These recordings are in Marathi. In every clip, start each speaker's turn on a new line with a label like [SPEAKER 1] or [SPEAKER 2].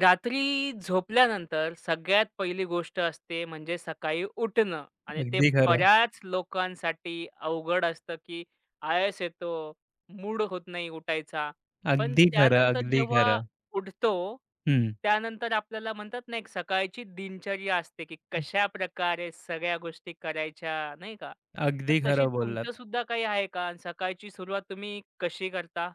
[SPEAKER 1] रात्री झोपल्यानंतर सगळ्यात पहिली गोष्ट असते म्हणजे सकाळी उठणं आणि ते
[SPEAKER 2] अगदी खरं,
[SPEAKER 1] बऱ्याच लोकांसाठी अवघड असतं, की आळस येतो, मूड होत नाही उठायचा. पण त्यानंतर
[SPEAKER 2] अगदी
[SPEAKER 1] जेव्हा
[SPEAKER 2] खरं.
[SPEAKER 1] उठतो,
[SPEAKER 2] हं.
[SPEAKER 1] त्यानंतर आपल्याला म्हणतात ना, एक सकाळची दिनचर्या असते, की कशाप्रकारे सगळ्या गोष्टी करायच्या, नाही का? तर
[SPEAKER 2] अगदी
[SPEAKER 1] तशी
[SPEAKER 2] खरं बोललात.
[SPEAKER 1] तुमचंसुद्धा काही आहे का? आणि सकाळची सुरुवात तुम्ही कशी करता?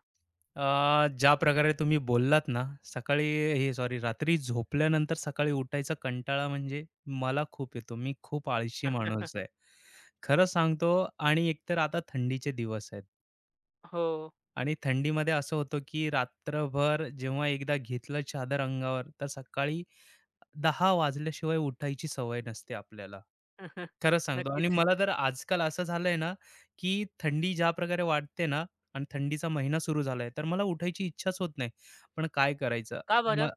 [SPEAKER 2] ज्या प्रकारे तुम्ही बोललात ना, सकाळी हे सॉरी, रात्री झोपल्यानंतर सकाळी उठायचा कंटाळा म्हणजे मला खूप येतो. मी खूप आळशी माणूस आहे. खरं सांगतो. आणि एकतर आता थंडीचे दिवस आहेत
[SPEAKER 1] हो.
[SPEAKER 2] आणि थंडीमध्ये असं होतं की रात्रभर जेव्हा एकदा घेतलं चादर अंगावर, तर सकाळी 10 वाजल्याशिवाय उठायची सवय नसते आपल्याला. खरं सांगतो. आणि
[SPEAKER 1] नक्कीच.
[SPEAKER 2] मला तर आजकाल असं झालंय ना, की थंडी ज्या प्रकारे वाढते ना आणि थंडीचा महिना सुरू झालाय, तर मला उठायची इच्छाच होत नाही. पण काय करायचं?
[SPEAKER 1] का बरं?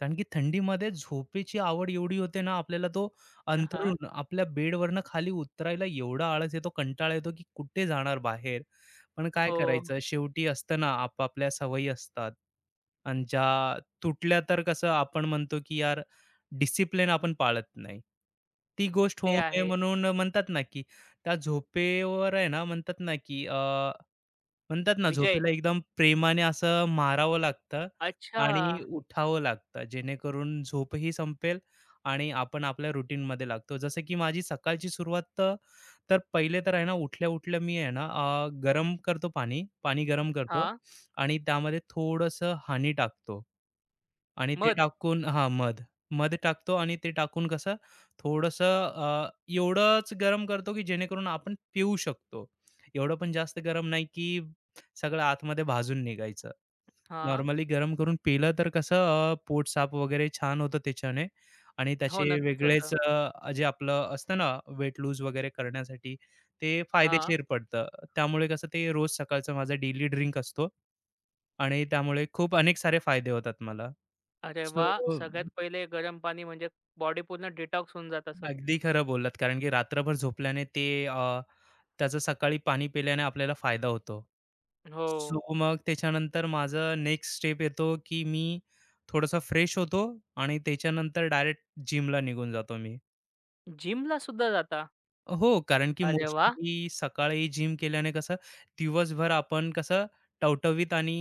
[SPEAKER 2] कारण की थंडीमध्ये झोपेची आवड एवढी होते ना आपल्याला, तो
[SPEAKER 1] अ,
[SPEAKER 2] अंथरून आपल्या बेडवरनं खाली उतरायला एवढा आळस येतो, कंटाळा येतो की कुठे जाणार बाहेर. पण काय
[SPEAKER 1] हो,
[SPEAKER 2] करायचं, शेवटी असतं ना आपापल्या सवयी असतात. आणि ज्या तुटल्या तर कसं आपण म्हणतो की यार, डिसिप्लिन आपण पाळत नाही. ती गोष्ट
[SPEAKER 1] ते
[SPEAKER 2] होऊ नये
[SPEAKER 1] आहे.
[SPEAKER 2] म्हणून म्हणतात ना की त्या झोपेवर आहे ना, म्हणतात ना की म्हणतात ना,
[SPEAKER 1] विजय.
[SPEAKER 2] झोपेला एकदम प्रेमाने असं मारावं लागतं
[SPEAKER 1] अच्छा.
[SPEAKER 2] आणि उठावं लागतं, जेणेकरून झोपही संपेल आणि आपण आपल्या routine मध्ये लागतो. जसं की माझी सकाळची सुरुवात तर, तर पहिले तर आहे ना, उठल्या उठल्या मी आहे ना, गरम करतो पाणी, पाणी गरम करतो.
[SPEAKER 1] हां.
[SPEAKER 2] आणि त्यामध्ये थोडंसं हानी टाकतो आणि ते
[SPEAKER 1] मध.
[SPEAKER 2] टाकून, हा मध, मध टाकतो. आणि ते टाकून कसं थोडंसं एवढंच गरम करतो की जेणेकरून आपण पिऊ शकतो. एवढं पण जास्त गरम नाही की सगळं आतमध्ये भाजून निघायचं.
[SPEAKER 1] हां.
[SPEAKER 2] नॉर्मली गरम करून पिलं तर कसं, पोट साफ वगैरे छान होतं त्याच्याने. आणि त्याचे
[SPEAKER 1] हो, नक्कीच होतं.
[SPEAKER 2] वेगळेच जे आपलं असतं ना, वेट लूज वगैरे करण्यासाठी ते
[SPEAKER 1] हां.
[SPEAKER 2] फायदेशीर पडतं. त्यामुळे कसं ते रोज सकाळचा माझा डेली ड्रिंक असतो आणि त्यामुळे खूप अनेक सारे फायदे होतात मला.
[SPEAKER 1] अरे
[SPEAKER 2] सो,
[SPEAKER 1] वा, सगळ्यात पहिले गरम पाणी म्हणजे बॉडी पूर्ण डिटॉक्स होऊन जात असेल.
[SPEAKER 2] अगदी खरं बोललात, कारण की रात्रभर झोपल्याने ते, त्याचं सकाळी पाणी पिल्याने आपल्याला फायदा होतो.
[SPEAKER 1] हो.
[SPEAKER 2] सो मग त्याच्यानंतर माझं नेक्स्ट स्टेप येतो, की मी थोडंसं फ्रेश होतो आणि त्याच्यानंतर डायरेक्ट जिमला निघून जातो मी.
[SPEAKER 1] जिमला सुद्धा जाता?
[SPEAKER 2] हो, कारण की
[SPEAKER 1] अरे वा.
[SPEAKER 2] मोस्टली सकाळी जिम केल्याने कसं दिवसभर आपण कसं टवटवीत आणि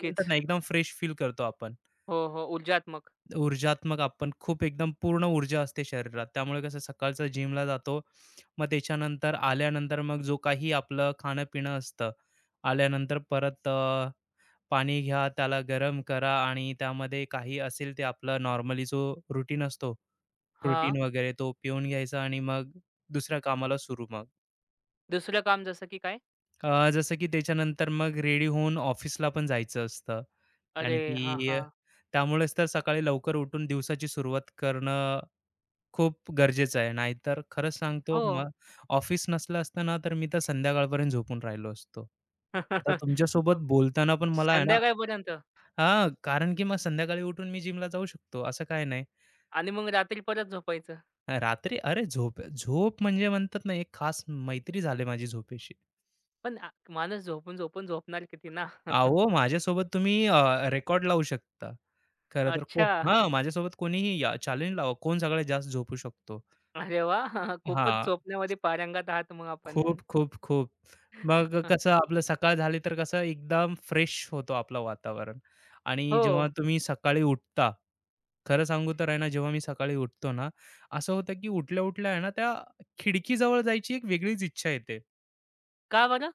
[SPEAKER 2] म्हणतात ना एकदम फ्रेश फील करतो आपण.
[SPEAKER 1] हो, हो. ऊर्जात्मक.
[SPEAKER 2] ऊर्जात्मक, आपण खूप एकदम पूर्ण ऊर्जा असते शरीरात. त्यामुळे कसं सकाळचं जिमला जातो. मग त्याच्यानंतर आल्यानंतर मग जो काही आपलं खाणं-पिणं असतं, आल्यानंतर परत पाणी घ्या, त्याला गरम करा आणि त्यामध्ये काही असेल ते आपलं नॉर्मली, जो रूटीन असतो,
[SPEAKER 1] हां.
[SPEAKER 2] प्रोटीन वगैरे तो पिऊन घ्यायचा आणि मग दुसऱ्या कामाला सुरू मग.
[SPEAKER 1] दुसरं काम जसं की काय?
[SPEAKER 2] जसं की त्याच्यानंतर मग रेडी होऊन ऑफिसला पण जायचं असतं. कारण
[SPEAKER 1] अरे, हां,
[SPEAKER 2] की
[SPEAKER 1] हां.
[SPEAKER 2] त्यामुळेच तर सकाळी लवकर उठून दिवसाची सुरुवात करणं खूप गरजेचं आहे. नाहीतर खरंच सांगतो,
[SPEAKER 1] हो.
[SPEAKER 2] मग ऑफिस नसलं असतं ना, तर मी तर संध्याकाळपर्यंत झोपून राहिलो असतो. आता
[SPEAKER 1] अ,
[SPEAKER 2] तुमच्यासोबत बोलताना पण मला आहे ना.
[SPEAKER 1] संध्याकाळपर्यंत
[SPEAKER 2] हां, कारण की मग संध्याकाळी उठून मी जिमला जाऊ शकतो, असं काय नाही.
[SPEAKER 1] आणि मग रात्री परत झोपायचं.
[SPEAKER 2] रात्री अरे, झोप झोप म्हणजे म्हणतात ना, एक खास मैत्री झाली माझी झोपेशी.
[SPEAKER 1] पण आ माणूस झोपून, झोपून झोपणार किती ना?
[SPEAKER 2] अहो, माझ्यासोबत तुम्ही रेकॉर्ड लावू शकता. खरं तर
[SPEAKER 1] अच्छा.
[SPEAKER 2] हां, माझ्यासोबत कोणीही चॅलेंज लावा, कोण सगळ्यात जास्त झोपू शकतो.
[SPEAKER 1] अरे वा, खूपच
[SPEAKER 2] हां.
[SPEAKER 1] स्वप्नामध्ये पारंगत आहात मग आपण.
[SPEAKER 2] खूप, खूप, खूप. मग कसं आपलं सकाळ झाली तर कसं एकदम फ्रेश होतो आपलं वातावरण. आणि
[SPEAKER 1] हो.
[SPEAKER 2] जेव्हा तुम्ही सकाळी उठता, खरं सांगू तर आहे ना, जेव्हा मी सकाळी उठतो ना, असं होतं की उठल्या-उठल्या आहे ना, त्या खिडकीजवळ जायची एक वेगळीच इच्छा येते.
[SPEAKER 1] का बरं?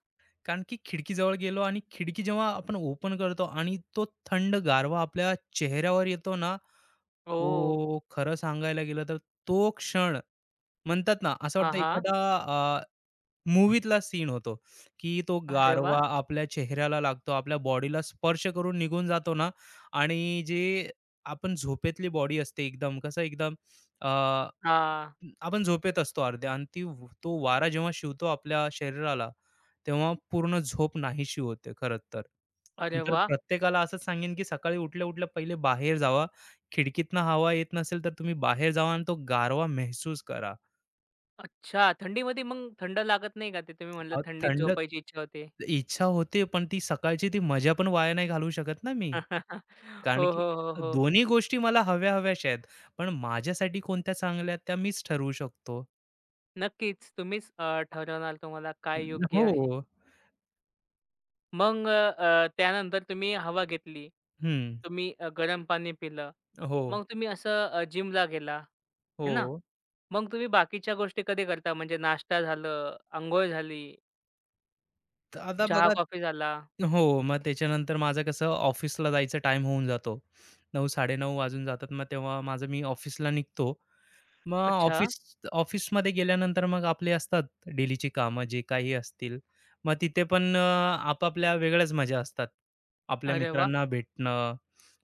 [SPEAKER 2] कारण की खिडकीजवळ गेलो आणि खिडकी जेव्हा आपण ओपन करतो आणि तो थंड गारवा आपल्या चेहऱ्यावर येतो ना,
[SPEAKER 1] ओह!
[SPEAKER 2] तो खरं सांगायला गेलं तर तो क्षण म्हणतात ना, असं
[SPEAKER 1] हां,
[SPEAKER 2] वाटतं
[SPEAKER 1] हां.
[SPEAKER 2] एखादा अ, सीन होतो, की तो
[SPEAKER 1] अरे
[SPEAKER 2] गारवा
[SPEAKER 1] वाह!
[SPEAKER 2] आपल्या चेहऱ्याला लागतो, आपल्या बॉडीला स्पर्श करून निघून जातो ना आणि जे आपण झोपेतली बॉडी असते एकदम कसं एकदम अ,
[SPEAKER 1] हां.
[SPEAKER 2] आपण झोपेत असतो अर्ध्या आणि ती, तो वारा जेव्हा शिवतो आपल्या शरीराला तेव्हा पूर्ण झोप नाहीशी होते, खरंच तर. मी
[SPEAKER 1] अरे
[SPEAKER 2] तर
[SPEAKER 1] वाह!
[SPEAKER 2] प्रत्येकाला असंच सांगेन, की सकाळी उठल्या-उठल्या पहिले बाहेर जावा. खिडकीतनं हवा येत नसेल, तर तुम्ही बाहेर जावा आणि तो गारवा महसूस करा.
[SPEAKER 1] अच्छा, थंडीमध्ये मग थंड लागत नाही का? ते तुम्ही म्हणलं थंडीत
[SPEAKER 2] थंड
[SPEAKER 1] झोपायची इच्छा होते.
[SPEAKER 2] इच्छा होते, पण ती सकाळची ती मजा पण वाया नाही घालवू शकत ना मी. कारण
[SPEAKER 1] हो,
[SPEAKER 2] की
[SPEAKER 1] हो, हो, हो.
[SPEAKER 2] दोन्ही गोष्टी मला हव्या-हव्याशा आहेत. पण माझ्यासाठी कोणत्या चांगल्या त्या मीच ठरवू शकतो.
[SPEAKER 1] नक्कीच तुम्हीच ठरवणार तुम्हाला काय योग्य आहे.
[SPEAKER 2] हो.
[SPEAKER 1] मग त्यानंतर तुम्ही हवा घेतली.
[SPEAKER 2] हं.
[SPEAKER 1] तुम्ही गरम पाणी पिलं.
[SPEAKER 2] हो,
[SPEAKER 1] मग तुम्ही असं जिमला गेला, है ना?
[SPEAKER 2] हो.
[SPEAKER 1] मग तुम्ही बाकीच्या गोष्टी कधी करता? म्हणजे नाश्ता झालं, अंघोळ झाली,
[SPEAKER 2] तर आता बघा,
[SPEAKER 1] चहा-कॉफी झाला.
[SPEAKER 2] हो, मग त्याच्यानंतर माझं कसं ऑफिसला जायचा टाईम होऊन जातो. 9:00-9:30 वाजून जातात. मग तेव्हा माझं मी ऑफिसला निघतो. मग
[SPEAKER 1] अच्छा.
[SPEAKER 2] ऑफिस ऑफिसमध्ये गेल्यानंतर मग आपले असतात डेलीची कामं जे काही असतील. मग तिथे पण आपापल्या वेगळ्याच मजा असतात. आपल्या
[SPEAKER 1] अरे वाह!
[SPEAKER 2] मित्रांना भेटणं,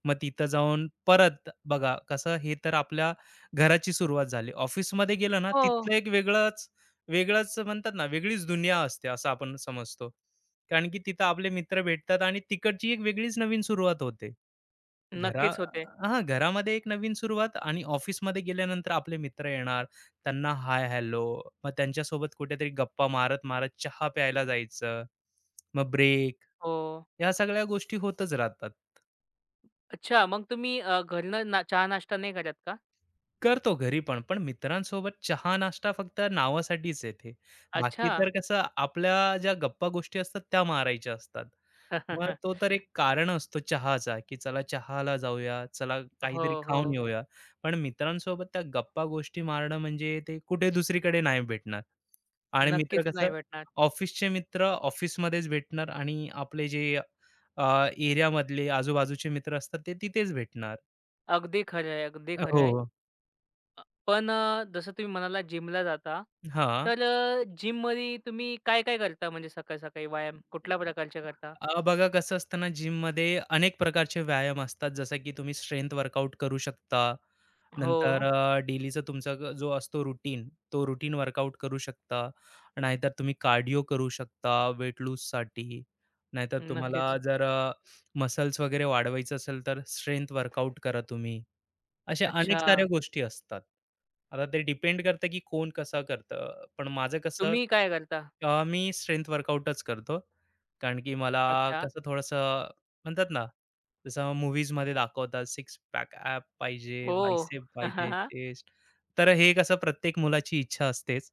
[SPEAKER 2] मग तिथं जाऊन परत बघा कसं हे तर आपल्या घराची सुरुवात झाली. ऑफिसमध्ये गेलं ना, तिथलं
[SPEAKER 1] हो,
[SPEAKER 2] एक वेगळंच, म्हणतात ना, वेगळीच दुनिया असते असं आपण समजतो. कारण की तिथं आपले मित्र भेटतात आणि तिकडची एक वेगळीच नवीन सुरुवात होते. घरा
[SPEAKER 1] नक्कीच होते.
[SPEAKER 2] हां, घरामध्ये एक नवीन सुरुवात आणि ऑफिसमध्ये गेल्यानंतर आपले मित्र येणार. त्यांना हाय, हॅलो. मग त्यांच्यासोबत कुठेतरी गप्पा मारत-मारत चहा प्यायला जायचं. मग ब्रेक.
[SPEAKER 1] हो.
[SPEAKER 2] ह्या सगळ्या गोष्टी होतच राहतात.
[SPEAKER 1] अच्छा, मग तुम्ही घरनं ना चहा-नाश्ता नाही करत का?
[SPEAKER 2] करतो घरी पण, पण मित्रांसोबत चहा-नाश्ता फक्त नावासाठीच आहे. बाकी
[SPEAKER 1] अच्छा.
[SPEAKER 2] तर कसं आपल्या ज्या गप्पा गोष्टी असतात त्या मारायच्या असतात. मग तो तर एक कारण असतो चहाचा, की चला चहाला जाऊया, चला
[SPEAKER 1] हो,
[SPEAKER 2] काहीतरी खाऊन
[SPEAKER 1] हो.
[SPEAKER 2] येऊया. पण मित्रांसोबत त्या गप्पा गोष्टी मारणं म्हणजे ते कुठे दुसरीकडे नाही भेटणार. आणि मित्र
[SPEAKER 1] नक्कीच
[SPEAKER 2] कसं,
[SPEAKER 1] नाही भेटणार.
[SPEAKER 2] ऑफिसचे मित्र ऑफिसमध्येच भेटणार आणि आपले जे एरियामधले आजूबाजूचे मित्र असतात ते तिथेच भेटणार.
[SPEAKER 1] अगदी खरं आहे, अगदी खरं
[SPEAKER 2] हो.
[SPEAKER 1] आहे. पण जसं तुम्ही म्हणाला जिमला जाता,
[SPEAKER 2] हां.
[SPEAKER 1] तर जिममध्ये तुम्ही काय-काय करता म्हणजे सकाळी-सकाळी व्यायाम कुठल्या प्रकारचे करता?
[SPEAKER 2] बघा कसं असतं ना, जिममध्ये अनेक प्रकारचे व्यायाम असतात जसं की तुम्ही स्ट्रेंथ वर्कआउट करू शकता.
[SPEAKER 1] हो,
[SPEAKER 2] नंतर डेलीचा तुमचा जो असतो रुटीन तो रुटीन वर्कआउट करू शकता, नाहीतर तुम्ही कार्डिओ करू शकता वेट लूजसाठी. नाहीतर तुम्हाला
[SPEAKER 1] नक्कीच.
[SPEAKER 2] जर मसल्स वगैरे वाढवायचं असेल तर स्ट्रेंथ वर्कआउट करा तुम्ही. अशा अनेक
[SPEAKER 1] अच्छा.
[SPEAKER 2] साऱ्या गोष्टी असतात. आता ते डिपेंड करतं, की कोण कसं करतं. पण माझं कसं,
[SPEAKER 1] तुम्ही काय करता?
[SPEAKER 2] मी स्ट्रेंथ वर्कआउटच करतो. कारण की मला
[SPEAKER 1] अच्छा.
[SPEAKER 2] कसं थोडंसं म्हणतात ना, जसं मूव्हीजमध्ये दाखवतात सिक्स पॅक ॲप पाहिजे,
[SPEAKER 1] ओह!
[SPEAKER 2] बायसेप पाहिजे, चेस्ट. तर हे कसं प्रत्येक मुलाची इच्छा असतेच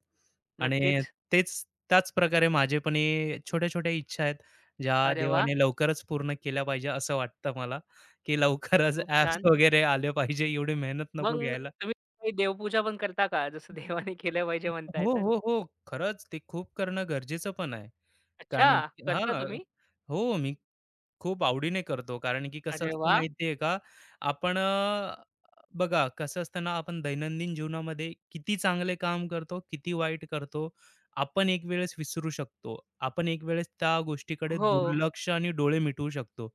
[SPEAKER 2] आणि
[SPEAKER 1] नक्कीच.
[SPEAKER 2] तेच त्याच प्रकारे माझे पण हे छोट्या-छोट्या इच्छा आहेत, ज्या
[SPEAKER 1] अरे वाह!
[SPEAKER 2] देवाने लवकरच पूर्ण केल्या पाहिजे असं वाटतं मला. की लवकरच
[SPEAKER 1] खूप
[SPEAKER 2] ॲप्स
[SPEAKER 1] छान.
[SPEAKER 2] वगैरे आले पाहिजे, एवढी मेहनत नको
[SPEAKER 1] मग
[SPEAKER 2] घ्यायला.
[SPEAKER 1] तुम्ही काही देवपूजा पण करता का? जसं देवाने केलं पाहिजे म्हणताय
[SPEAKER 2] हो,
[SPEAKER 1] तर?
[SPEAKER 2] हो, हो. खरंच ते खूप करणं गरजेचं पण आहे. कारण,
[SPEAKER 1] अच्छा, करता
[SPEAKER 2] हां.
[SPEAKER 1] तुम्ही?
[SPEAKER 2] हो, मी खूप आवडीने करतो. कारण की कसं
[SPEAKER 1] अरे
[SPEAKER 2] असतं
[SPEAKER 1] वाह!
[SPEAKER 2] माहिती आहे का, आपण अ, बघा कसं असतं ना, आपण दैनंदिन जीवनामध्ये किती चांगले काम करतो, किती वाईट करतो, आपण एक वेळेस विसरू शकतो. आपण एक वेळेस त्या गोष्टीकडे
[SPEAKER 1] हो.
[SPEAKER 2] दुर्लक्ष आणि डोळे मिटवू शकतो.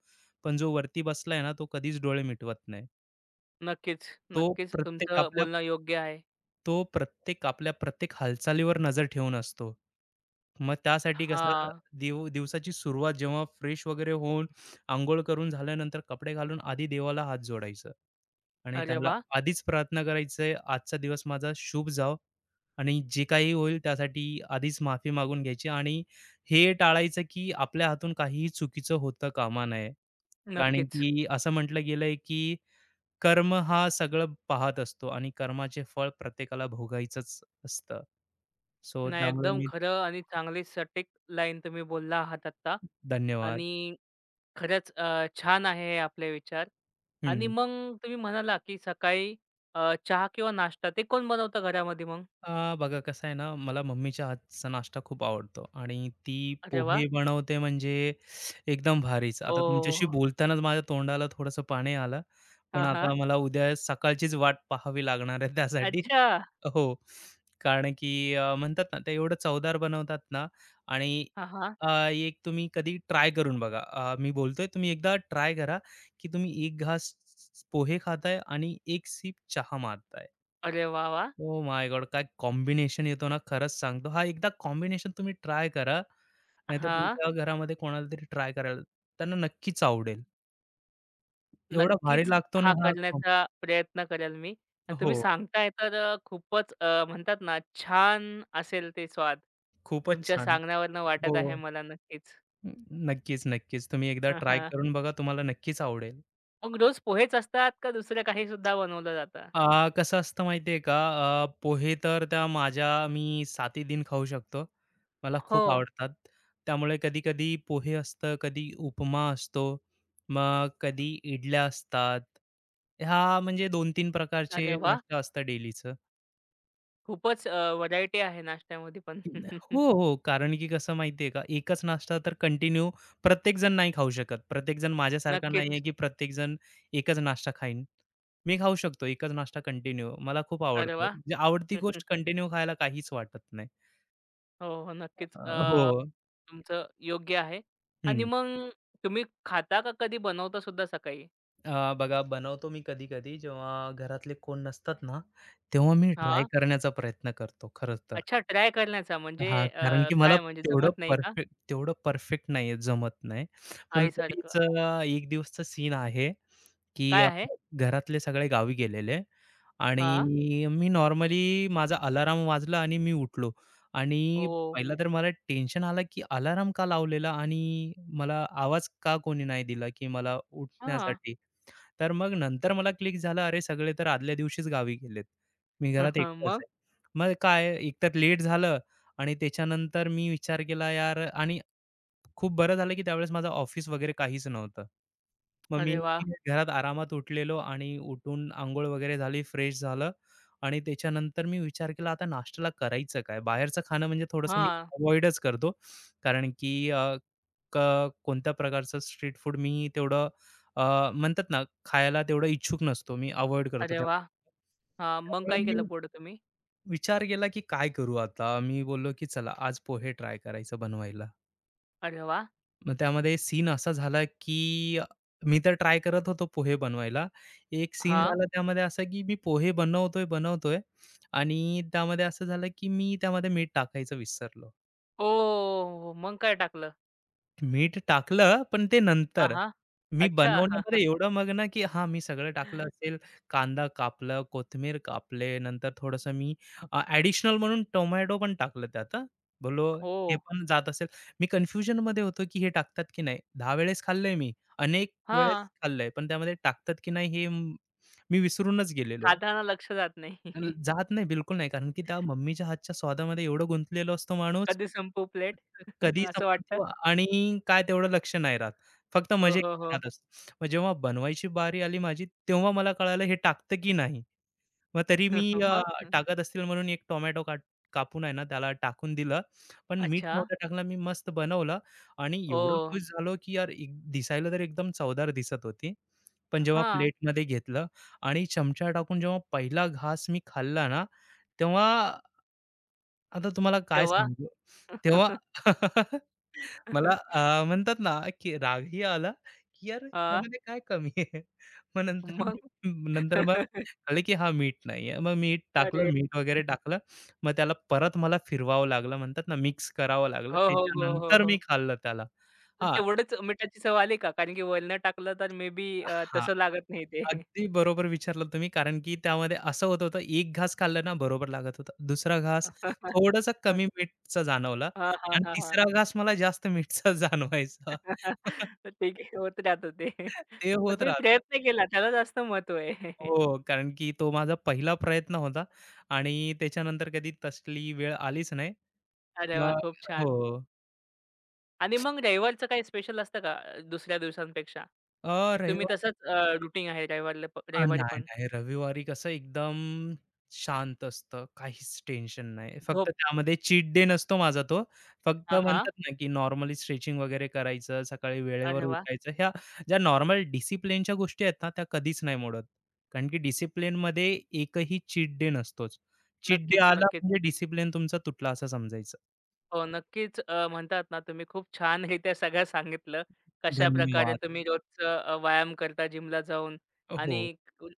[SPEAKER 2] पण जो वरती बसलाय ना, तो कधीच डोळे मिटवत नाही.
[SPEAKER 1] नक्कीच,
[SPEAKER 2] तो
[SPEAKER 1] नक्कीच
[SPEAKER 2] प्रत्येक
[SPEAKER 1] तुमचं
[SPEAKER 2] आपल्या
[SPEAKER 1] बोलणं योग्य आहे.
[SPEAKER 2] तो प्रत्येक आपल्या प्रत्येक हालचालीवर नजर ठेवून असतो. मग त्यासाठी कसं
[SPEAKER 1] हां.
[SPEAKER 2] दिवसाची सुरुवात जेव्हा फ्रेश वगैरे होऊन, अंघोळ करून झाल्यानंतर कपडे घालून आधी देवाला हात जोडायचं आणि
[SPEAKER 1] अरे
[SPEAKER 2] त्याला
[SPEAKER 1] वाह!
[SPEAKER 2] आधीच प्रार्थना करायचंय, आजचा दिवस माझा शुभ जाओ आणि जे काही होईल त्यासाठी आधीच माफी मागून घ्यायची आणि हे टाळायचं, की आपल्या हातून काहीही चुकीचं होता कामा नये. कारण
[SPEAKER 1] नक्कीच.
[SPEAKER 2] की असं म्हटलं गेलंय, की कर्म हा सगळं पाहत असतो आणि कर्माचे फळ प्रत्येकाला भोगायचंच असतं. सो
[SPEAKER 1] नाही
[SPEAKER 2] त्यामुळे
[SPEAKER 1] एकदम
[SPEAKER 2] मी,
[SPEAKER 1] खरं आणि चांगली सटीक लाईन तुम्ही बोलला आहात आत्ता
[SPEAKER 2] धन्यवाद.
[SPEAKER 1] आणि खरंच छान आहे हे आपले विचार. आणि
[SPEAKER 2] हं.
[SPEAKER 1] मग तुम्ही म्हणाला, की सकाळी चहा किंवा नाश्ता ते कोण बनवतं घरामध्ये?
[SPEAKER 2] बघा कसं आहे ना, मला मम्मीच्या हातचा नाश्ता खूप आवडतो आणि ती
[SPEAKER 1] अरे वाह!
[SPEAKER 2] पोहे बनवते म्हणजे एकदम भारीच. आता तुमच्याशी
[SPEAKER 1] ओह!
[SPEAKER 2] बोलतानाच माझ्या तोंडाला थोडंसं पाणी आलं. पण
[SPEAKER 1] हां, हां.
[SPEAKER 2] आता मला उद्या सकाळचीच वाट पाहावी लागणार आहे त्यासाठी.
[SPEAKER 1] अच्छा.
[SPEAKER 2] हो, कारण की म्हणतात ना, ते एवढं चवदार बनवतात ना. आणि
[SPEAKER 1] हां, हां.
[SPEAKER 2] एक तुम्ही कधी ट्राय करून बघा. मी बोलतोय, तुम्ही एकदा ट्राय करा, की तुम्ही 1 घास पोहे खाताय आणि 1 सिप चहा मारताय.
[SPEAKER 1] अरे वाह, वाह!
[SPEAKER 2] Oh my God! काय कॉम्बिनेशन येतो ना, खरंच सांगतो. हा एकदा कॉम्बिनेशन तुम्ही ट्राय करा. नाहीतर
[SPEAKER 1] हां.
[SPEAKER 2] तुमच्या घरामध्ये कोणाला तरी ट्राय करायला त्यांना नक्कीच आवडेल. एवढा भारी
[SPEAKER 1] नक्कीच
[SPEAKER 2] लागतो ना
[SPEAKER 1] हा
[SPEAKER 2] हा कॉम
[SPEAKER 1] करण्याचा प्रयत्न करेल मी. आणि
[SPEAKER 2] हो,
[SPEAKER 1] तुम्ही सांगताय तर खूपच म्हणतात ना छान असेल ते स्वाद.
[SPEAKER 2] खूपच
[SPEAKER 1] तुमच्या
[SPEAKER 2] छान.
[SPEAKER 1] सांगण्यावरनं
[SPEAKER 2] हो.
[SPEAKER 1] वाटत आहे मला नक्कीच.
[SPEAKER 2] न- नक्कीच, नक्कीच. तुम्ही एकदा
[SPEAKER 1] हां,
[SPEAKER 2] ट्राय
[SPEAKER 1] हां.
[SPEAKER 2] करून बघा. तुम्हाला नक्कीच आवडेल.
[SPEAKER 1] मग रोज पोहेच असतात का दुसरं काही सुद्धा बनवलं जातं?
[SPEAKER 2] कसं असतं माहिती आहे का? पोहे तर त्या माझ्या, मी 7 दिन खाऊ शकतो. मला
[SPEAKER 1] हो.
[SPEAKER 2] खूप आवडतात. त्यामुळे कधी-कधी पोहे असतं, कधी उपमा असतो, मग कधी इडल्या असतात. ह्या म्हणजे 2-3 प्रकारचे
[SPEAKER 1] अरे वाह!
[SPEAKER 2] नाश्ता असतं डेलीचं.
[SPEAKER 1] खूपच व्हरायटी आहे नाश्त्यामध्ये पण.
[SPEAKER 2] हो, हो. कारण की कसं माहिती आहे का, एकच नाश्ता तर कंटिन्यू प्रत्येकजण नाही खाऊ शकत. प्रत्येकजण माझ्यासारखा नाही आहे,
[SPEAKER 1] नक्कीच.
[SPEAKER 2] की प्रत्येकजण एकच नाश्ता खाईन. मी खाऊ शकतो एकच नाश्ता कंटिन्यू. मला खूप
[SPEAKER 1] अरे
[SPEAKER 2] आवडतं.
[SPEAKER 1] वाह!
[SPEAKER 2] म्हणजे आवडती गोष्ट कंटिन्यू खायला काहीच वाटत नाही.
[SPEAKER 1] हो, हो. नक्कीच.
[SPEAKER 2] अ, हो.
[SPEAKER 1] तुमचं योग्य आहे. आणि
[SPEAKER 2] हं.
[SPEAKER 1] मग तुम्ही खाता का कधी बनवता सुद्धा सकाळी?
[SPEAKER 2] बघा, बनवतो मी कधी-कधी जेव्हा घरातले कोण नसतात ना, तेव्हा मी ट्राय
[SPEAKER 1] हां.
[SPEAKER 2] करण्याचा प्रयत्न करतो खरंच तर.
[SPEAKER 1] अच्छा, ट्राय करण्याचा म्हणजे
[SPEAKER 2] हां, कारण की मला
[SPEAKER 1] काय म्हणजे जमत नाही का?
[SPEAKER 2] तेवढं परफेक्ट नाहीये, जमत नाही. पण तरीच
[SPEAKER 1] आईसारखं?
[SPEAKER 2] एक दिवसचा सीन आहे, की
[SPEAKER 1] काय आहे?
[SPEAKER 2] घरातले सगळे गावी गेलेले
[SPEAKER 1] हां.
[SPEAKER 2] आणि मी नॉर्मली, माझा अलार्म वाजला आणि मी उठलो. आणि
[SPEAKER 1] ओह!
[SPEAKER 2] पहिला तर मला टेन्शन आलं, की अलार्म का लावलेला आणि मला आवाज का कोणी नाही दिला, की मला
[SPEAKER 1] हां.
[SPEAKER 2] उठण्यासाठी. तर मग नंतर मला क्लिक झालं, अरे सगळे तर आदल्या दिवशीच गावी गेलेत. मी घरात एकटाच
[SPEAKER 1] मग?
[SPEAKER 2] आहे. मग काय, एकतर लेट झालं आणि त्याच्यानंतर मी विचार केला यार, आणि खूप बरं झालं की त्यावेळेस माझं ऑफिस वगैरे काहीच नव्हतं. मग मी,
[SPEAKER 1] अरे वाह!
[SPEAKER 2] मी घरात आरामात उठलेलो आणि उठून अंघोळ वगैरे झाली, फ्रेश झालं आणि त्याच्यानंतर मी विचार केला आता नाश्त्याला करायचं काय? बाहेरचं खाणं म्हणजे थोडंसं मी
[SPEAKER 1] हां.
[SPEAKER 2] अव्हॉइडच करतो. कारण की क कोणत्या प्रकारचं स्ट्रीट फूड मी तेवढं म्हणतात ना खायला तेवढं इच्छुक नसतो. मी अव्हॉइड करतो
[SPEAKER 1] अरे
[SPEAKER 2] त्या.
[SPEAKER 1] वाह! हां. मग
[SPEAKER 2] त्यामुळे
[SPEAKER 1] काय केलं
[SPEAKER 2] मी
[SPEAKER 1] पुढे तुम्ही?
[SPEAKER 2] विचार केला की काय करू आता? मी बोललो की चला आज पोहे ट्राय करायचं बनवायला.
[SPEAKER 1] अरे वाह!
[SPEAKER 2] मग त्यामध्ये सीन असा झाला, की मी तर ट्राय करत होतो पोहे बनवायला. एक सीन
[SPEAKER 1] हां.
[SPEAKER 2] झाला त्यामध्ये असा, की मी पोहे बनवतोय आणि त्यामध्ये असं झालं, की मी त्यामध्ये मीठ टाकायचं विसरलो.
[SPEAKER 1] ओह! मग काय टाकलं?
[SPEAKER 2] मीठ टाकलं, पण ते
[SPEAKER 1] हां,
[SPEAKER 2] नंतर.
[SPEAKER 1] हां.
[SPEAKER 2] मी
[SPEAKER 1] अच्छा.
[SPEAKER 2] बनवण्यामध्ये एवढं मग्न, की हां, मी सगळं टाकलं असेल, कांदा कापला, कोथिंबीर कापले, नंतर थोडंसं मी ॲडिशनल म्हणून टोमॅटो पण टाकलं त्यात हां. बोललो
[SPEAKER 1] हो.
[SPEAKER 2] हे पण जात असेल. मी कन्फ्युजनमध्ये होतो, की हे टाकतात की नाही. 10 वेळेस खाल्लंय मी, अनेक वेळेस
[SPEAKER 1] हां.
[SPEAKER 2] खाल्लंय, पण त्यामध्ये टाकतात की नाही मी विसरूनच गेलेलो.
[SPEAKER 1] खाताना लक्ष जात नाही.
[SPEAKER 2] अन् जात नाही, बिलकुल नाही. कारण की त्या मम्मीच्या हातच्या स्वादामध्ये एवढं गुंतलेलो असतो माणूस,
[SPEAKER 1] कधी संपवू प्लेट
[SPEAKER 2] कधी
[SPEAKER 1] असं वाटतं.
[SPEAKER 2] संपतो आणि काय तेवढं लक्ष नाही राहत. फक्त
[SPEAKER 1] हो,
[SPEAKER 2] मजे
[SPEAKER 1] हो, हो.
[SPEAKER 2] घेत असतो. मग जेव्हा बनवायची बारी आली माझी, तेव्हा मला कळालं हे टाकतं की नाही. मग तरी मी,
[SPEAKER 1] मग?
[SPEAKER 2] टाकत असतील म्हणून एक टोमॅटो काट कापून आहे ना, त्याला टाकून दिलं. पण मीठ
[SPEAKER 1] अच्छा.
[SPEAKER 2] नव्हतं टाकलं. मी मस्त बनवलं आणि
[SPEAKER 1] ओ,
[SPEAKER 2] एवढं खुश झालो, की यार, एक दिसायला तर एकदम चवदार दिसत होती. पण जेव्हा
[SPEAKER 1] हां.
[SPEAKER 2] प्लेटमध्ये घेतलं आणि चमचा टाकून जेव्हा पहिला घास मी खाल्ला ना, तेव्हा, आता तुम्हाला काय
[SPEAKER 1] तेव्हा?
[SPEAKER 2] सांगू? तेव्हा मला, म्हणतात ना, की रागही आला, की यार
[SPEAKER 1] हां.
[SPEAKER 2] ह्यामध्ये काय कमी आहे? मग नंतर
[SPEAKER 1] मग?
[SPEAKER 2] मी नंतर मग कळलं, की हा मीठ नाही आहे. मग मीठ टाकलं,
[SPEAKER 1] अरे!
[SPEAKER 2] मीठ वगैरे टाकलं. मग त्याला परत मला फिरवावं लागलं, म्हणतात ना, मिक्स करावं लागलं.
[SPEAKER 1] हो, हो, हो, हो,
[SPEAKER 2] त्याच्यानंतर मी
[SPEAKER 1] हो.
[SPEAKER 2] खाल्लं त्याला.
[SPEAKER 1] पण
[SPEAKER 2] हां,
[SPEAKER 1] तेवढंच मिठाची चव आली का? कारण की वरनं टाकलं तर मे बी
[SPEAKER 2] हां.
[SPEAKER 1] तसं लागत नाही ते.
[SPEAKER 2] अगदी बरोबर विचारलं तुम्ही, कारण की त्यामध्ये असं होत होतं, एक घास खाल्लं ना, बरोबर लागत होता. दुसरा घास थोडंसं कमी मीठचा जाणवला
[SPEAKER 1] हां, हां,
[SPEAKER 2] आणि
[SPEAKER 1] हां, हां.
[SPEAKER 2] तिसरा घास मला जास्त मीठचा जाणवायचा.
[SPEAKER 1] तर ठीक आहे. होत राहतं ते.
[SPEAKER 2] ते
[SPEAKER 1] पण
[SPEAKER 2] होत
[SPEAKER 1] तुम्ही
[SPEAKER 2] राहतं.
[SPEAKER 1] प्रयत्न केला त्याला जास्त महत्त्व आहे.
[SPEAKER 2] हो, कारण की तो माझा पहिला प्रयत्न होता आणि त्याच्यानंतर कधी तसली वेळ आलीच नाही.
[SPEAKER 1] अरे वाह!
[SPEAKER 2] मग,
[SPEAKER 1] खूप छान.
[SPEAKER 2] हो.
[SPEAKER 1] आणि मग रविवारचं काही स्पेशल असतं का दुसऱ्या दिवसांपेक्षा?
[SPEAKER 2] अ,
[SPEAKER 1] की तुम्ही
[SPEAKER 2] रविवार
[SPEAKER 1] तसंच रुटीन आहे रविवारला रविवारी
[SPEAKER 2] नाही,
[SPEAKER 1] पण?
[SPEAKER 2] नाही. रविवारी कसं एकदम शांत असतं. काहीच टेन्शन नाही. फक्त
[SPEAKER 1] झोप
[SPEAKER 2] त्यामध्ये चीट डे नसतो माझा तो. फक्त
[SPEAKER 1] हां, हां.
[SPEAKER 2] म्हणतात ना, की नॉर्मली स्ट्रेचिंग वगैरे करायचं, सकाळी वेळेवर
[SPEAKER 1] अरे वाह!
[SPEAKER 2] उठायचं. ज्या नॉर्मल डिसिप्लिनच्या गोष्टी आहेत ना, त्या कधीच नाही मोडत. कारण की डिसिप्लिनमध्ये एकही चीट डे नसतोच. चीट डे
[SPEAKER 1] नक्कीच,
[SPEAKER 2] आला
[SPEAKER 1] नक्कीच.
[SPEAKER 2] म्हणजे डिसिप्लिन तुमचा तुटला असं समजायचं.
[SPEAKER 1] हो, नक्कीच. म्हणतात ना, तुम्ही खूप छानरित्या सगळं सांगितलं. कशाप्रकारे
[SPEAKER 2] धन्यवाद.
[SPEAKER 1] तुम्ही रोजचं व्यायाम करता जिमला जाऊन
[SPEAKER 2] हो.
[SPEAKER 1] आणि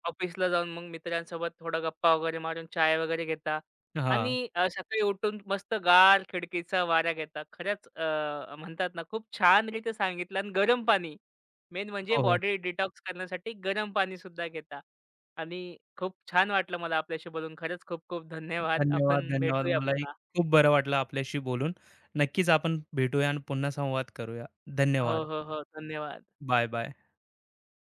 [SPEAKER 1] ऑफिसला जाऊन मग मित्रांसोबत थोडा गप्पा वगैरे मारून चाय वगैरे घेता
[SPEAKER 2] हां.
[SPEAKER 1] आणि सकाळी उठून मस्त गार खिडकीचा वारा घेता. खरंच म्हणतात ना, खूप छानरित्या सांगितलं आणि गरम पाणी, मेन म्हणजे
[SPEAKER 2] हो, हो.
[SPEAKER 1] बॉडी डिटॉक्स करण्यासाठी गरम पाणीसुद्धा घेता आणि खूप छान वाटलं मला आपल्याशी बोलून. खरंच खूप खूप धन्यवाद.
[SPEAKER 2] धन्यवाद,
[SPEAKER 1] आपण
[SPEAKER 2] धन्यवाद.
[SPEAKER 1] भेटूया
[SPEAKER 2] मलाही
[SPEAKER 1] पुन्हा.
[SPEAKER 2] खूप बरं वाटलं आपल्याशी बोलून. नक्कीच आपण भेटूया आणि पुन्हा संवाद करूया.
[SPEAKER 1] हो,
[SPEAKER 2] धन्यवाद.
[SPEAKER 1] हो, हो. धन्यवाद.
[SPEAKER 2] Bye, bye.